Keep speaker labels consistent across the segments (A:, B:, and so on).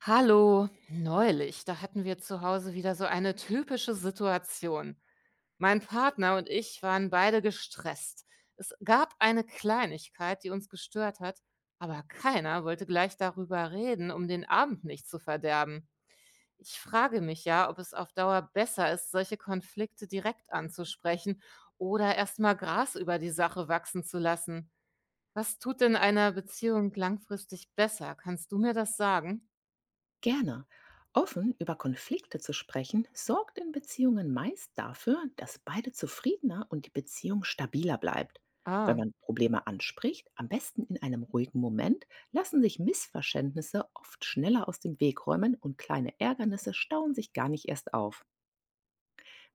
A: Hallo, neulich, da hatten wir zu Hause wieder so eine typische Situation. Mein Partner und ich waren beide gestresst. Es gab eine Kleinigkeit, die uns gestört hat, aber keiner wollte gleich darüber reden, um den Abend nicht zu verderben. Ich frage mich ja, ob es auf Dauer besser ist, solche Konflikte direkt anzusprechen oder erst mal Gras über die Sache wachsen zu lassen. Was tut denn einer Beziehung langfristig besser? Kannst du mir das sagen?
B: Gerne. Offen über Konflikte zu sprechen, sorgt in Beziehungen meist dafür, dass beide zufriedener und die Beziehung stabiler bleibt. Wenn
A: Ah.
B: man Probleme anspricht, am besten in einem ruhigen Moment, lassen sich Missverständnisse oft schneller aus dem Weg räumen und kleine Ärgernisse stauen sich gar nicht erst auf.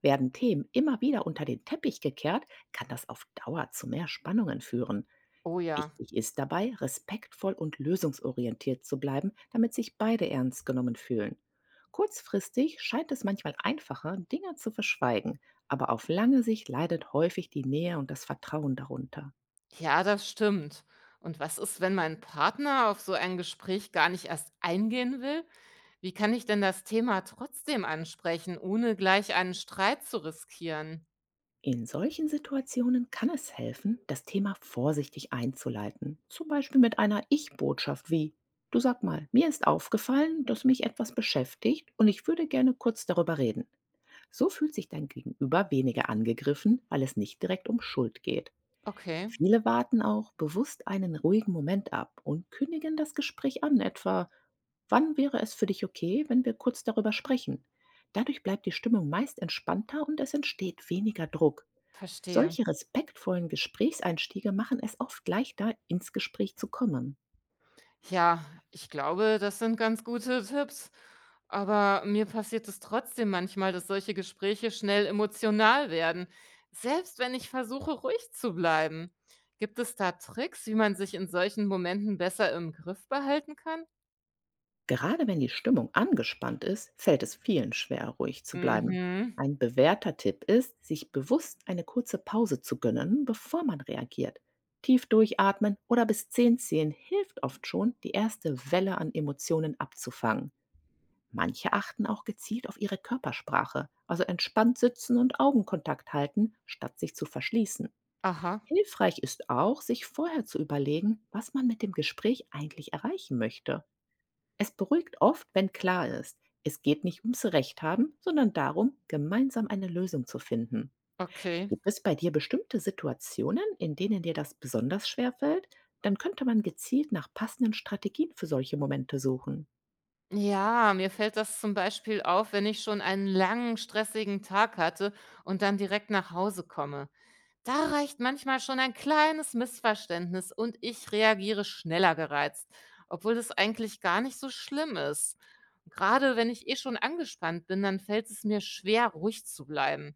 B: Werden Themen immer wieder unter den Teppich gekehrt, kann das auf Dauer zu mehr Spannungen führen.
A: Oh ja,
B: Wichtig ist dabei, respektvoll und lösungsorientiert zu bleiben, damit sich beide ernst genommen fühlen. Kurzfristig scheint es manchmal einfacher, Dinge zu verschweigen, aber auf lange Sicht leidet häufig die Nähe und das Vertrauen darunter.
A: ja, das stimmt. Und was ist, wenn mein Partner auf so ein Gespräch gar nicht erst eingehen will? Wie kann ich denn das Thema trotzdem ansprechen, ohne gleich einen Streit zu riskieren?
B: In solchen Situationen kann es helfen, das Thema vorsichtig einzuleiten, zum Beispiel mit einer Ich-Botschaft wie: Du, sag mal, mir ist aufgefallen, dass mich etwas beschäftigt und ich würde gerne kurz darüber reden. So fühlt sich dein Gegenüber weniger angegriffen, weil es nicht direkt um Schuld geht.
A: Okay,
B: Viele warten auch bewusst einen ruhigen Moment ab und kündigen das Gespräch an, etwa: Wann wäre es für dich okay, wenn wir kurz darüber sprechen? Dadurch bleibt die Stimmung meist entspannter und es entsteht weniger Druck.
A: verstehe.
B: Solche respektvollen Gesprächseinstiege machen es oft leichter, ins Gespräch zu kommen.
A: Ja, ich glaube, das sind ganz gute Tipps. Aber mir passiert es trotzdem manchmal, dass solche Gespräche schnell emotional werden, selbst wenn ich versuche, ruhig zu bleiben. Gibt es da Tricks, wie man sich in solchen Momenten besser im Griff behalten kann?
B: Gerade wenn die Stimmung angespannt ist, fällt es vielen schwer, ruhig zu bleiben.
A: Mhm.
B: Ein bewährter Tipp ist, sich bewusst eine kurze Pause zu gönnen, bevor man reagiert. Tief durchatmen oder bis 10 zählen hilft oft schon, die erste Welle an Emotionen abzufangen. Manche achten auch gezielt auf ihre Körpersprache, also entspannt sitzen und Augenkontakt halten, statt sich zu verschließen.
A: Aha,
B: Hilfreich ist auch, sich vorher zu überlegen, was man mit dem Gespräch eigentlich erreichen möchte. Es beruhigt oft, wenn klar ist, es geht nicht ums Recht haben, sondern darum, gemeinsam eine Lösung zu finden.
A: okay.
B: Gibt es bei dir bestimmte Situationen, in denen dir das besonders schwer fällt? Dann könnte man gezielt nach passenden Strategien für solche Momente suchen.
A: Ja, mir fällt das zum Beispiel auf, wenn ich schon einen langen, stressigen Tag hatte und dann direkt nach Hause komme. Da reicht manchmal schon ein kleines Missverständnis und ich reagiere schneller gereizt, obwohl das eigentlich gar nicht so schlimm ist. Gerade wenn ich eh schon angespannt bin, dann fällt es mir schwer, ruhig zu bleiben.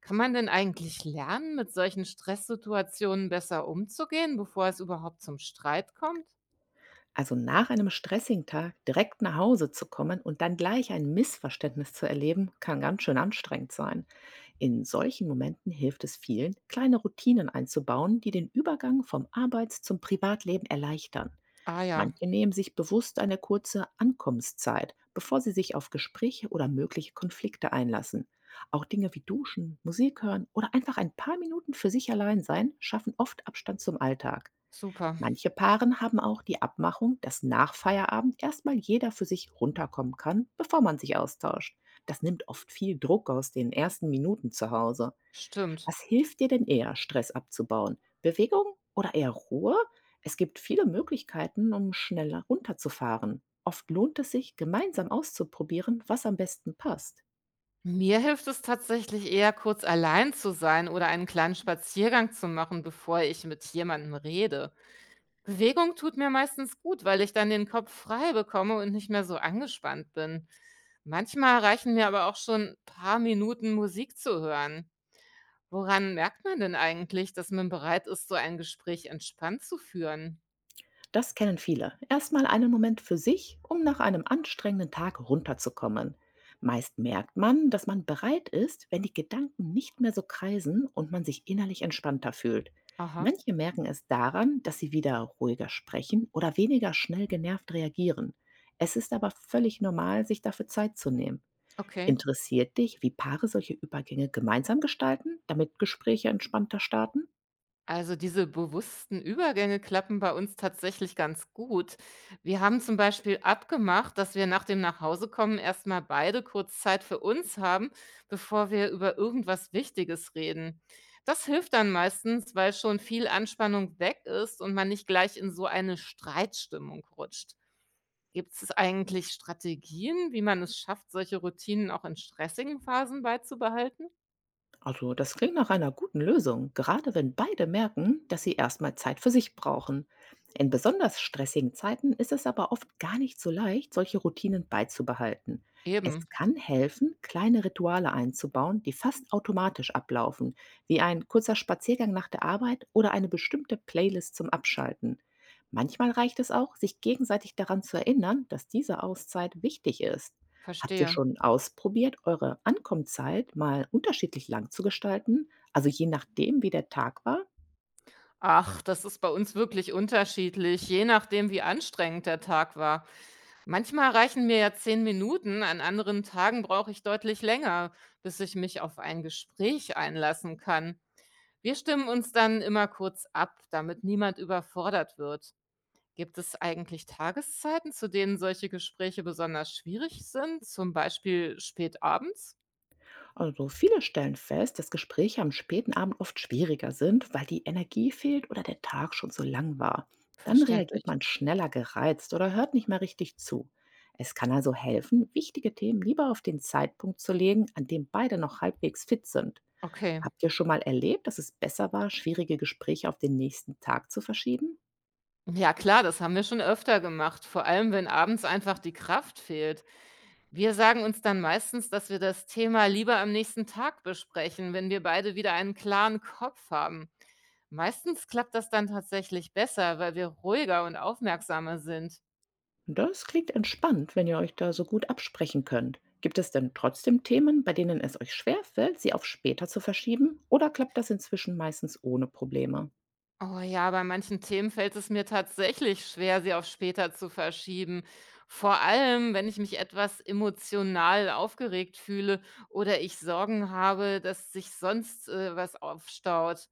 A: Kann man denn eigentlich lernen, mit solchen Stresssituationen besser umzugehen, bevor es überhaupt zum Streit kommt?
B: Also, nach einem stressigen Tag direkt nach Hause zu kommen und dann gleich ein Missverständnis zu erleben, kann ganz schön anstrengend sein. In solchen Momenten hilft es vielen, kleine Routinen einzubauen, die den Übergang vom Arbeits- zum Privatleben erleichtern.
A: Ah ja.
B: Manche nehmen sich bewusst eine kurze Ankommenszeit, bevor sie sich auf Gespräche oder mögliche Konflikte einlassen. Auch Dinge wie Duschen, Musik hören oder einfach ein paar Minuten für sich allein sein schaffen oft Abstand zum Alltag.
A: Super,
B: Manche Paaren haben auch die Abmachung, dass nach Feierabend erstmal jeder für sich runterkommen kann, bevor man sich austauscht. Das nimmt oft viel Druck aus den ersten Minuten zu Hause.
A: stimmt.
B: Was hilft dir denn eher, Stress abzubauen? Bewegung oder eher Ruhe? Es gibt viele Möglichkeiten, um schneller runterzufahren. Oft lohnt es sich, gemeinsam auszuprobieren, was am besten passt.
A: Mir hilft es tatsächlich eher, kurz allein zu sein oder einen kleinen Spaziergang zu machen, bevor ich mit jemandem rede. Bewegung tut mir meistens gut, weil ich dann den Kopf frei bekomme und nicht mehr so angespannt bin. Manchmal reichen mir aber auch schon ein paar Minuten Musik zu hören. Woran merkt man denn eigentlich, dass man bereit ist, so ein Gespräch entspannt zu führen?
B: Das kennen viele. Erstmal einen Moment für sich, um nach einem anstrengenden Tag runterzukommen. Meist merkt man, dass man bereit ist, wenn die Gedanken nicht mehr so kreisen und man sich innerlich entspannter fühlt.
A: Aha,
B: Manche merken es daran, dass sie wieder ruhiger sprechen oder weniger schnell genervt reagieren. Es ist aber völlig normal, sich dafür Zeit zu nehmen.
A: okay.
B: Interessiert dich, wie Paare solche Übergänge gemeinsam gestalten, damit Gespräche entspannter starten?
A: Also diese bewussten Übergänge klappen bei uns tatsächlich ganz gut. Wir haben zum Beispiel abgemacht, dass wir nach dem Nachhausekommen erstmal beide kurz Zeit für uns haben, bevor wir über irgendwas Wichtiges reden. Das hilft dann meistens, weil schon viel Anspannung weg ist und man nicht gleich in so eine Streitstimmung rutscht. Gibt es eigentlich Strategien, wie man es schafft, solche Routinen auch in stressigen Phasen beizubehalten?
B: Also, das klingt nach einer guten Lösung, gerade wenn beide merken, dass sie erstmal Zeit für sich brauchen. In besonders stressigen Zeiten ist es aber oft gar nicht so leicht, solche Routinen beizubehalten. Es
A: Eben,
B: kann helfen, kleine Rituale einzubauen, die fast automatisch ablaufen, wie ein kurzer Spaziergang nach der Arbeit oder eine bestimmte Playlist zum Abschalten. Manchmal reicht es auch, sich gegenseitig daran zu erinnern, dass diese Auszeit wichtig ist. Habt ihr
A: verstehe.
B: schon ausprobiert, eure Ankommenszeit mal unterschiedlich lang zu gestalten, also je nachdem, wie der Tag war?
A: Ach, das ist bei uns wirklich unterschiedlich, je nachdem, wie anstrengend der Tag war. Manchmal reichen mir ja 10 Minuten, an anderen Tagen brauche ich deutlich länger, bis ich mich auf ein Gespräch einlassen kann. Wir stimmen uns dann immer kurz ab, damit niemand überfordert wird. Gibt es eigentlich Tageszeiten, zu denen solche Gespräche besonders schwierig sind, zum Beispiel spät abends?
B: Also viele stellen fest, dass Gespräche am späten Abend oft schwieriger sind, weil die Energie fehlt oder der Tag schon so lang war. Dann reagiert
A: Verständlich.
B: man schneller gereizt oder hört nicht mehr richtig zu. Es kann also helfen, wichtige Themen lieber auf den Zeitpunkt zu legen, an dem beide noch halbwegs fit sind.
A: Okay.
B: Habt ihr schon mal erlebt, dass es besser war, schwierige Gespräche auf den nächsten Tag zu verschieben?
A: Ja klar, das haben wir schon öfter gemacht, vor allem wenn abends einfach die Kraft fehlt. Wir sagen uns dann meistens, dass wir das Thema lieber am nächsten Tag besprechen, wenn wir beide wieder einen klaren Kopf haben. Meistens klappt das dann tatsächlich besser, weil wir ruhiger und aufmerksamer sind.
B: Das klingt entspannt, wenn ihr euch da so gut absprechen könnt. Gibt es denn trotzdem Themen, bei denen es euch schwerfällt, sie auf später zu verschieben? Oder klappt das inzwischen meistens ohne Probleme?
A: Oh ja, bei manchen Themen fällt es mir tatsächlich schwer, sie auf später zu verschieben. Vor allem, wenn ich mich etwas emotional aufgeregt fühle oder ich Sorgen habe, dass sich sonst was aufstaut.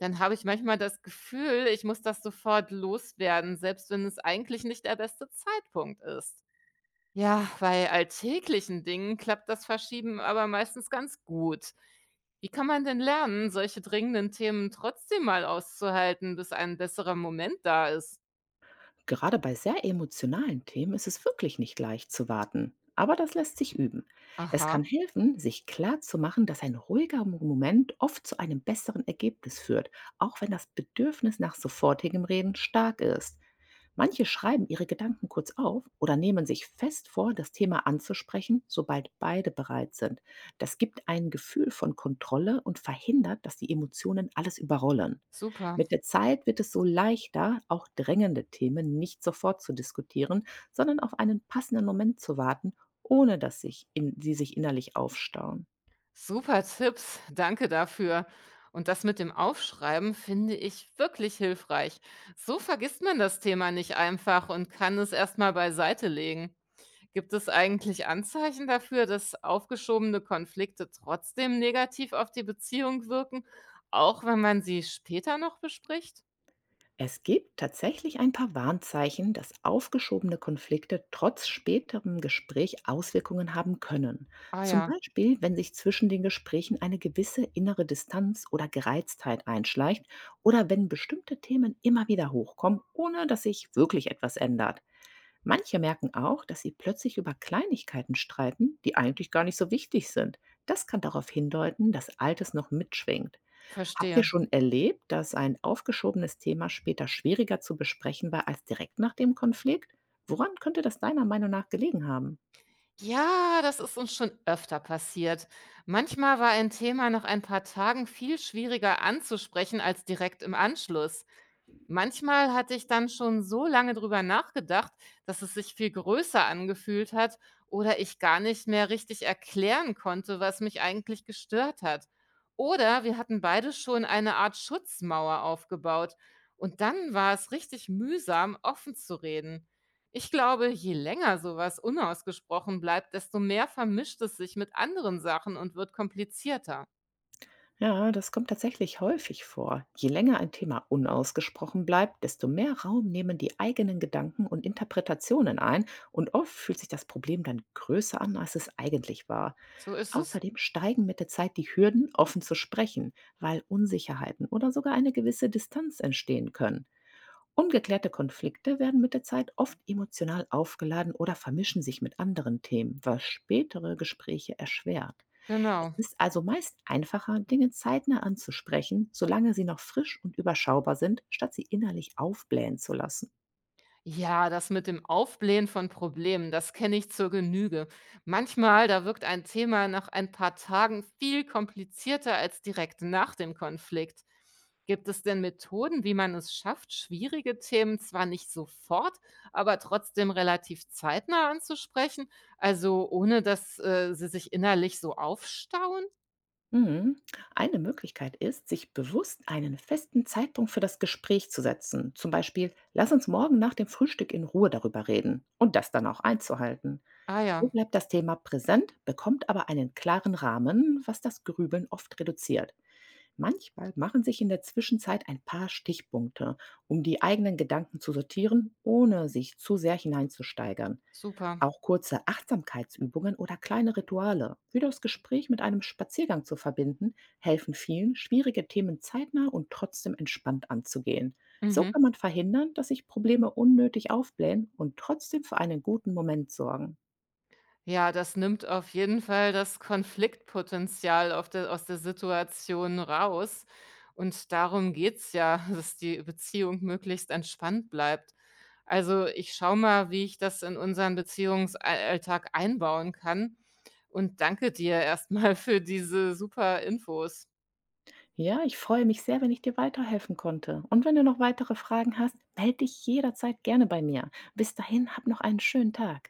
A: Dann habe ich manchmal das Gefühl, ich muss das sofort loswerden, selbst wenn es eigentlich nicht der beste Zeitpunkt ist. Ja, bei alltäglichen Dingen klappt das Verschieben aber meistens ganz gut. Wie kann man denn lernen, solche dringenden Themen trotzdem mal auszuhalten, bis ein besserer Moment da ist?
B: Gerade bei sehr emotionalen Themen ist es wirklich nicht leicht zu warten. Aber das lässt sich üben. Es kann
A: Aha,
B: helfen, sich klarzumachen, dass ein ruhiger Moment oft zu einem besseren Ergebnis führt, auch wenn das Bedürfnis nach sofortigem Reden stark ist. Manche schreiben ihre Gedanken kurz auf oder nehmen sich fest vor, das Thema anzusprechen, sobald beide bereit sind. Das gibt ein Gefühl von Kontrolle und verhindert, dass die Emotionen alles überrollen.
A: super.
B: Mit der Zeit wird es so leichter, auch drängende Themen nicht sofort zu diskutieren, sondern auf einen passenden Moment zu warten, ohne dass sich sie sich innerlich aufstauen.
A: Super Tipps. Danke dafür. Und das mit dem Aufschreiben finde ich wirklich hilfreich. So vergisst man das Thema nicht einfach und kann es erstmal beiseite legen. Gibt es eigentlich Anzeichen dafür, dass aufgeschobene Konflikte trotzdem negativ auf die Beziehung wirken, auch wenn man sie später noch bespricht?
B: Es gibt tatsächlich ein paar Warnzeichen, dass aufgeschobene Konflikte trotz späterem Gespräch Auswirkungen haben können.
A: Ah
B: Zum
A: ja,
B: Beispiel, wenn sich zwischen den Gesprächen eine gewisse innere Distanz oder Gereiztheit einschleicht oder wenn bestimmte Themen immer wieder hochkommen, ohne dass sich wirklich etwas ändert. Manche merken auch, dass sie plötzlich über Kleinigkeiten streiten, die eigentlich gar nicht so wichtig sind. Das kann darauf hindeuten, dass Altes noch mitschwingt. Habt ihr
A: verstehe.
B: schon erlebt, dass ein aufgeschobenes Thema später schwieriger zu besprechen war als direkt nach dem Konflikt? Woran könnte das deiner Meinung nach gelegen haben?
A: Ja, das ist uns schon öfter passiert. Manchmal war ein Thema nach ein paar Tagen viel schwieriger anzusprechen als direkt im Anschluss. Manchmal hatte ich dann schon so lange drüber nachgedacht, dass es sich viel größer angefühlt hat oder ich gar nicht mehr richtig erklären konnte, was mich eigentlich gestört hat. Oder wir hatten beide schon eine Art Schutzmauer aufgebaut. Und dann war es richtig mühsam, offen zu reden. Ich glaube, je länger sowas unausgesprochen bleibt, desto mehr vermischt es sich mit anderen Sachen und wird komplizierter.
B: Ja, das kommt tatsächlich häufig vor. Je länger ein Thema unausgesprochen bleibt, desto mehr Raum nehmen die eigenen Gedanken und Interpretationen ein und oft fühlt sich das Problem dann größer an, als es eigentlich war.
A: So ist es.
B: Außerdem steigen mit der Zeit die Hürden, offen zu sprechen, weil Unsicherheiten oder sogar eine gewisse Distanz entstehen können. Ungeklärte Konflikte werden mit der Zeit oft emotional aufgeladen oder vermischen sich mit anderen Themen, was spätere Gespräche erschwert. Es
A: Genau.
B: ist also meist einfacher, Dinge zeitnah anzusprechen, solange sie noch frisch und überschaubar sind, statt sie innerlich aufblähen zu lassen.
A: Ja, das mit dem Aufblähen von Problemen, das kenne ich zur Genüge. Manchmal, da wirkt ein Thema nach ein paar Tagen viel komplizierter als direkt nach dem Konflikt. Gibt es denn Methoden, wie man es schafft, schwierige Themen zwar nicht sofort, aber trotzdem relativ zeitnah anzusprechen, also ohne dass sie sich innerlich so aufstauen?
B: Mhm. Eine Möglichkeit ist, sich bewusst einen festen Zeitpunkt für das Gespräch zu setzen. Zum Beispiel: Lass uns morgen nach dem Frühstück in Ruhe darüber reden und das dann auch einzuhalten.
A: Ah
B: So
A: ja,
B: bleibt das Thema präsent, bekommt aber einen klaren Rahmen, was das Grübeln oft reduziert. Manchmal machen sich in der Zwischenzeit ein paar Stichpunkte, um die eigenen Gedanken zu sortieren, ohne sich zu sehr hineinzusteigern.
A: super.
B: Auch kurze Achtsamkeitsübungen oder kleine Rituale, wie das Gespräch mit einem Spaziergang zu verbinden, helfen vielen, schwierige Themen zeitnah und trotzdem entspannt anzugehen. So kann
A: Mhm.
B: man verhindern, dass sich Probleme unnötig aufblähen und trotzdem für einen guten Moment sorgen.
A: Ja, das nimmt auf jeden Fall das Konfliktpotenzial auf der aus der Situation raus. Und darum geht's ja, dass die Beziehung möglichst entspannt bleibt. Also, ich schaue mal, wie ich das in unseren Beziehungsalltag einbauen kann. Und danke dir erstmal für diese super Infos.
B: Ja, ich freue mich sehr, wenn ich dir weiterhelfen konnte. Und wenn du noch weitere Fragen hast, melde dich jederzeit gerne bei mir. Bis dahin, hab noch einen schönen Tag.